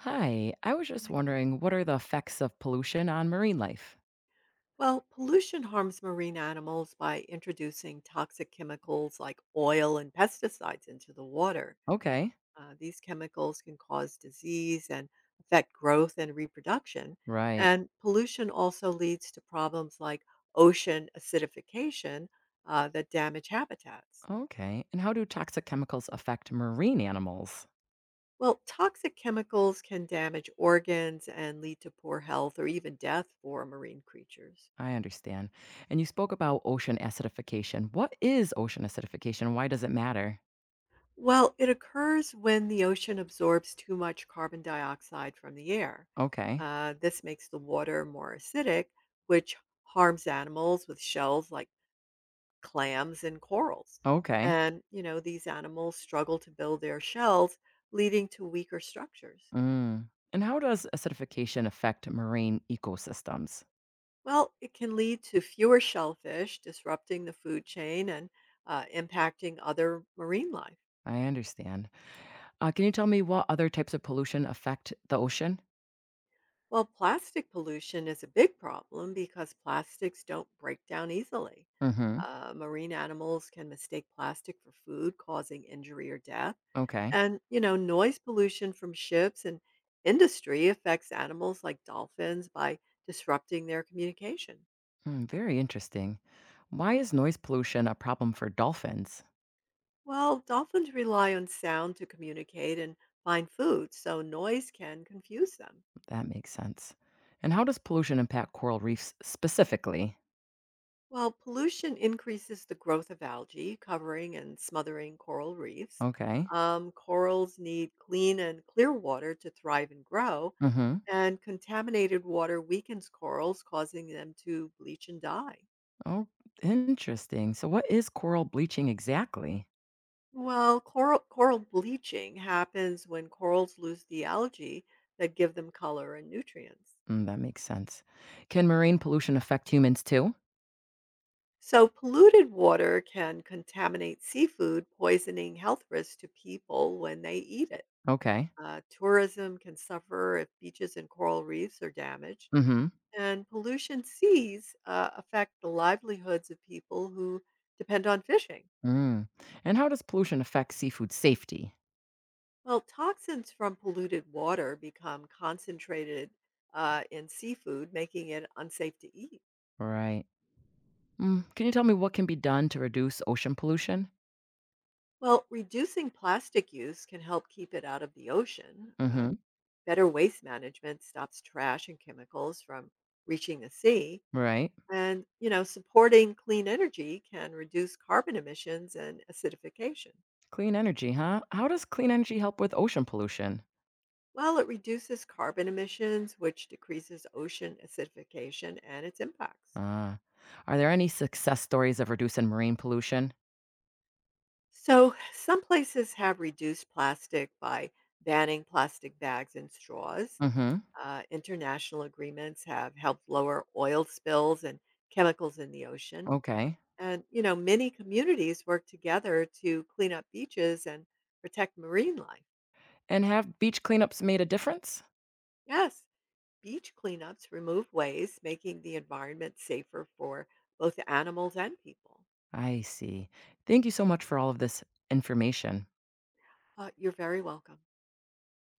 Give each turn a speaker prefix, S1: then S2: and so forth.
S1: Hi, I was just
S2: Right.
S1: wondering what are the effects of pollution on marine life?
S2: Well, pollution harms marine animals by introducing toxic chemicals like oil and pesticides into the water.
S1: Okay,
S2: These chemicals can cause disease and affect growth and reproduction.
S1: right.
S2: And pollution also leads to problems like ocean acidification that damage habitats.
S1: Okay. And how do toxic chemicals affect marine animals?
S2: Well, toxic chemicals can damage organs and lead to poor health or even death for marine creatures.
S1: I understand. And you spoke about ocean acidification. What is ocean acidification? Why does it matter?
S2: Well, it occurs when the ocean absorbs too much carbon dioxide from the air.
S1: Okay.
S2: This makes the water more acidic, which harms animals with shells like clams and corals.
S1: Okay.
S2: And, you know, these animals struggle to build their shells, leading to weaker structures.
S1: Mm. And how does acidification affect marine ecosystems?
S2: Well, it can lead to fewer shellfish, disrupting the food chain and impacting other marine life.
S1: I understand. Can you tell me what other types of pollution affect the ocean?
S2: Well, plastic pollution is a big problem because plastics don't break down easily.
S1: Mm hmm.
S2: Marine animals can mistake plastic for food, causing injury or death.
S1: Okay.
S2: And, you know, noise pollution from ships and industry affects animals like dolphins by disrupting their communication.
S1: Hmm, very interesting. Why is noise pollution a problem for dolphins?
S2: Well, dolphins rely on sound to communicate and find food, so noise can confuse them.
S1: That makes sense. And how does pollution impact coral reefs specifically?
S2: While pollution increases the growth of algae, covering and smothering coral reefs,
S1: Okay.
S2: corals need clean and clear water to thrive and grow,
S1: Mm-hmm.
S2: and contaminated water weakens corals, causing them to bleach and die.
S1: Oh, interesting. So, what is coral bleaching exactly?
S2: Well, coral bleaching happens when corals lose the algae that give them color and nutrients.
S1: Mm, that makes sense. Can marine pollution affect humans too?
S2: So, polluted water can contaminate seafood, poisoning health risks to people when they eat it.
S1: Okay.
S2: Tourism can suffer if beaches and coral reefs are damaged,
S1: Mm-hmm.
S2: and pollution seas affect the livelihoods of people who depend on fishing.
S1: Mm. And how does pollution affect seafood safety?
S2: Well, toxins from polluted water become concentrated in seafood, making it unsafe to eat.
S1: Right. Mm. Can you tell me what can be done to reduce ocean pollution?
S2: Well, reducing plastic use can help keep it out of the ocean.
S1: Mm-hmm.
S2: Better waste management stops trash and chemicals from reaching the sea.
S1: Right.
S2: And, you know, supporting clean energy can reduce carbon emissions and acidification.
S1: Clean energy, huh? How does clean energy help with ocean pollution?
S2: Well, it reduces carbon emissions, which decreases ocean acidification and its impacts.
S1: Uh, are there any success stories of reducing marine pollution?
S2: So, some places have reduced plastic by banning plastic bags and straws.
S1: Mm-hmm.
S2: International agreements have helped lower oil spills and chemicals in the ocean.
S1: Okay.
S2: And, you know, many communities work together to clean up beaches and protect marine life.
S1: And have beach cleanups made a difference?
S2: Yes, beach cleanups remove waste, making the environment safer for both animals and people.
S1: I see. Thank you so much for all of this information.
S2: You're very welcome.